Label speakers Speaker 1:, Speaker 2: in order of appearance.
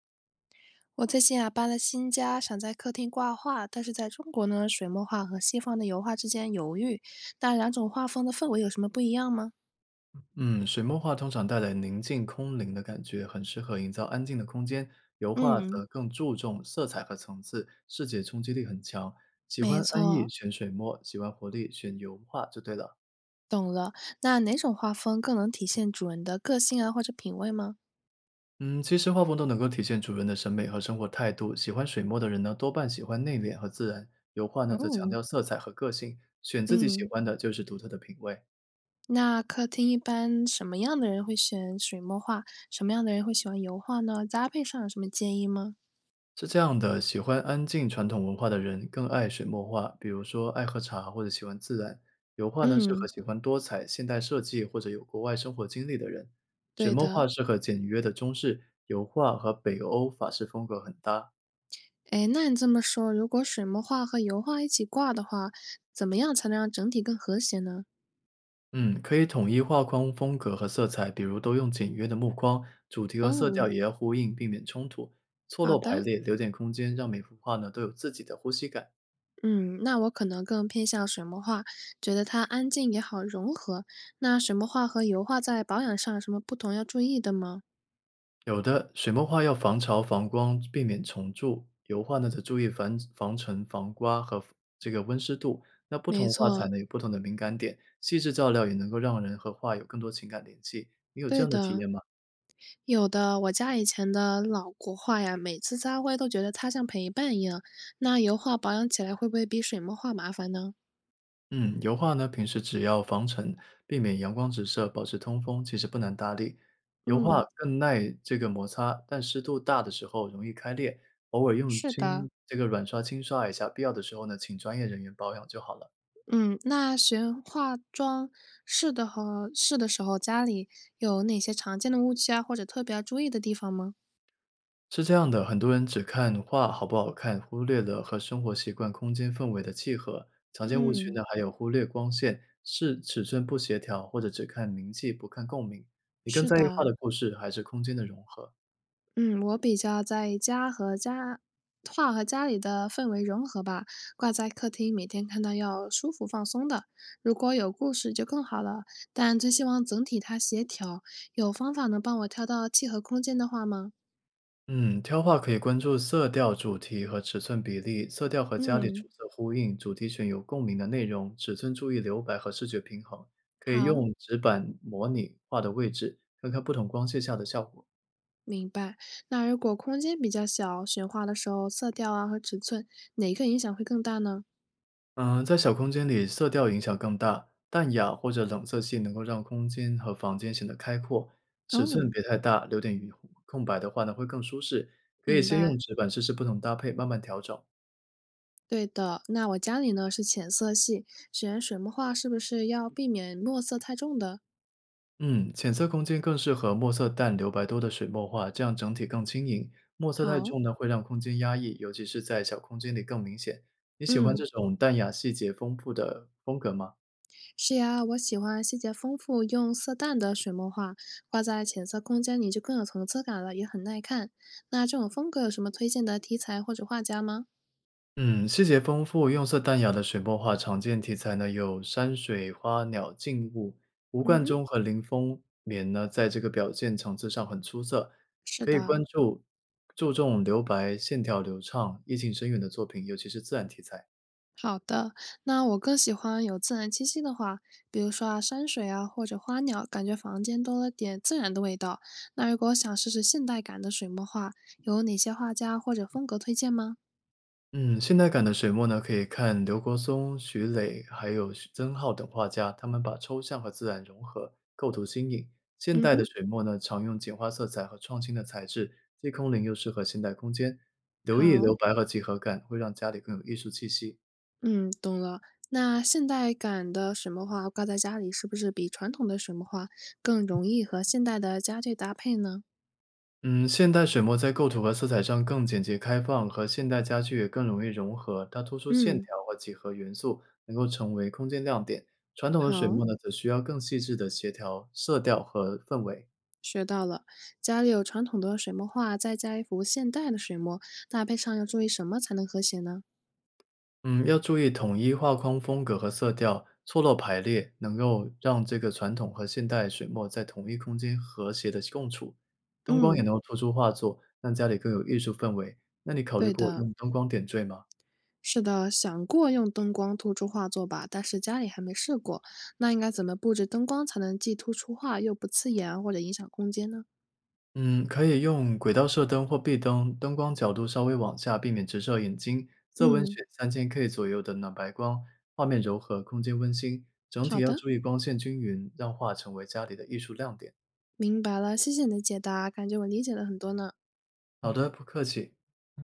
Speaker 1: 我最近啊搬了新家，想在客厅挂画，但是在中国呢，水墨画和西方的油画之间犹豫。那两种画风的氛围有什么不一样吗？
Speaker 2: 嗯，水墨画通常带来宁静空灵的感觉，很适合营造安静的空间。油画
Speaker 1: 嗯，
Speaker 2: 则更注重色彩和层次，视觉冲击力很强。喜
Speaker 1: 没
Speaker 2: 欢安逸
Speaker 1: 错，
Speaker 2: 选水墨，喜欢活力选油画就对了。
Speaker 1: 懂了。那哪种画风更能体现主人的个性啊，或者品味吗？
Speaker 2: 嗯，其实画风都能够体现主人的审美和生活态度。喜欢水墨的人呢，多半喜欢内敛和自然；油画呢，则强
Speaker 1: 哦，
Speaker 2: 调色彩和个性。选自己喜
Speaker 1: 嗯，
Speaker 2: 欢的就是独特的品味。
Speaker 1: 那客厅一般什么样的人会选水墨画，什么样的人会喜欢油画呢？搭配上有什么建议吗？
Speaker 2: 是这样的，喜欢安静传统文化的人更爱水墨画，比如说爱喝茶或者喜欢自然。油画呢，适合
Speaker 1: 嗯，
Speaker 2: 喜欢多彩、现代设计或者有国外生活经历的人。水
Speaker 1: 对
Speaker 2: 墨画
Speaker 1: 的。
Speaker 2: 适合简约的中式，油画和北欧法式风格很搭。
Speaker 1: 哎，那你这么说，如果水墨画和油画一起挂的话，怎么样才能让整体更和谐呢？
Speaker 2: 嗯，可以统一画框风格和色彩，比如都用简约的木框，主题和色调
Speaker 1: 哦，
Speaker 2: 也要呼应，避免冲突。错
Speaker 1: 好
Speaker 2: 落排
Speaker 1: 的，
Speaker 2: 列，留点空间，让每幅画呢都有自己的呼吸感。
Speaker 1: 嗯，那我可能更偏向水墨画，觉得它安静也好融合。那水墨画和油画在保养上有什么不同要注意的吗？
Speaker 2: 有的，水墨画要防潮、防光，避免虫蛀；油画呢，则注意防尘、防刮和这个温湿度。那不
Speaker 1: 没
Speaker 2: 同画材
Speaker 1: 错，
Speaker 2: 呢，有不同的敏感点，细致照料也能够让人和画有更多情感联系。你有这
Speaker 1: 对
Speaker 2: 样的体验
Speaker 1: 的，
Speaker 2: 吗？
Speaker 1: 有的。我家以前的老国画呀，每次擦灰都觉得它像陪伴一样。那油画保养起来会不会比水墨画麻烦呢？
Speaker 2: 嗯，油画呢，平时只要防尘，避免阳光直射，保持通风，其实不难打理。油画
Speaker 1: 嗯，
Speaker 2: 更耐这个摩擦，但湿度大的时候容易开裂，偶尔用
Speaker 1: 是
Speaker 2: 轻
Speaker 1: 的。
Speaker 2: 这个软刷轻刷一下，必要的时候呢，请专业人员保养就好了。
Speaker 1: 嗯，那学化妆室的和室的时候，家里有哪些常见的误区啊，或者特别要注意的地方吗？
Speaker 2: 是这样的，很多人只看画好不好看，忽略了和生活习惯、空间氛围的契合。常见误区
Speaker 1: 嗯，
Speaker 2: 呢，还有忽略光线、是尺寸不协调，或者只看名气不看共鸣。你更
Speaker 1: 是
Speaker 2: 在意画的
Speaker 1: 的，
Speaker 2: 故事还是空间的融合？
Speaker 1: 嗯，我比较在意家和家画和家里的氛围融合吧，挂在客厅，每天看到要舒服放松的。如果有故事就更好了，但最希望整体它协调。有方法能帮我挑到契合空间的画吗？
Speaker 2: 嗯，挑画可以关注色调、主题和尺寸比例，色调和家里主
Speaker 1: 嗯，
Speaker 2: 色呼应，主题选有共鸣的内容，尺寸注意留白和视觉平衡。可以用
Speaker 1: 好。
Speaker 2: 纸板模拟画的位置，看看不同光线下的效果。
Speaker 1: 明白。那如果空间比较小，选画的时候色调啊和尺寸哪个影响会更大呢？
Speaker 2: 在小空间里，色调影响更大。淡雅或者冷色系能够让空间和房间显得开阔，尺寸
Speaker 1: 哦，
Speaker 2: 别太大，留点余空白的话呢，会更舒适。可以
Speaker 1: 明
Speaker 2: 先用
Speaker 1: 白。
Speaker 2: 纸板试试不同搭配，慢慢调整。
Speaker 1: 对的，那我家里呢是浅色系，选水墨画是不是要避免墨色太重的？
Speaker 2: 嗯，浅色空间更适合墨色淡、留白多的水墨画，这样整体更轻盈。墨色太
Speaker 1: 好，
Speaker 2: 重呢，会让空间压抑，尤其是在小空间里更明显。你喜欢这
Speaker 1: 嗯，
Speaker 2: 种淡雅、细节丰富的风格吗？
Speaker 1: 是呀，我喜欢细节丰富、用色淡的水墨画，挂在浅色空间里就更有层次感了，也很耐看。那这种风格有什么推荐的题材或者画家吗？
Speaker 2: 嗯，细节丰富、用色淡雅的水墨画常见题材呢，有山水花鸟静物。吴
Speaker 1: 嗯
Speaker 2: 冠
Speaker 1: 哼，
Speaker 2: 中和林风眠呢，在这个表现层次上很出色，
Speaker 1: 是
Speaker 2: 可以关
Speaker 1: 的。
Speaker 2: 注注重留白、线条流畅、意境深远的作品，尤其是自然题材。
Speaker 1: 好的，那我更喜欢有自然气息的话，比如说啊山水啊或者花鸟，感觉房间多了点自然的味道。那如果想试试现代感的水墨画，有哪些画家或者风格推荐吗？
Speaker 2: 嗯，现代感的水墨呢，可以看刘国松、徐磊还有徐曾浩等画家，他们把抽象和自然融合，构图新颖。现
Speaker 1: 嗯
Speaker 2: 代的
Speaker 1: 哼，
Speaker 2: 水墨呢，常用简化色彩和创新的材质，既空灵又适合现代空间。留意留
Speaker 1: 好，
Speaker 2: 白和几何感，会让家里更有艺术气息。
Speaker 1: 嗯，懂了。那现代感的水墨画挂在家里，是不是比传统的水墨画更容易和现代的家具搭配呢？
Speaker 2: 嗯，现代水墨在构图和色彩上更简洁开放，和现代家具也更容易融合，它突出线条
Speaker 1: 嗯，
Speaker 2: 和几何元素，能够成为空间亮点。传统的水
Speaker 1: 好。
Speaker 2: 墨呢，则需要更细致的协调色调和氛围。
Speaker 1: 学到了，家里有传统的水墨画，再加一幅现代的水墨，搭配上要注意什么才能和谐呢？
Speaker 2: 嗯，要注意统一画框风格和色调，错落排列，能够让这个传统和现代水墨在同一空间和谐的共处。灯光也
Speaker 1: 嗯，
Speaker 2: 能够突出画作，让家里更有艺术氛围。那你考虑
Speaker 1: 对
Speaker 2: 过
Speaker 1: 的，
Speaker 2: 用灯光点缀吗？
Speaker 1: 是的，想过用灯光突出画作吧，但是家里还没试过。那应该怎么布置灯光才能既突出画又不刺眼或者影响空间呢？
Speaker 2: 嗯，可以用轨道射灯或壁灯，灯光角度稍微往下，避免直射眼睛。色温
Speaker 1: 嗯，
Speaker 2: 选3000K 左右的暖白光，画面柔和，空间温馨。整
Speaker 1: 好
Speaker 2: 体要
Speaker 1: 的，
Speaker 2: 注意光线均匀，让画成为家里的艺术亮点。
Speaker 1: 明白了，谢谢你的解答，感觉我理解了很多呢。
Speaker 2: 好的，不客气。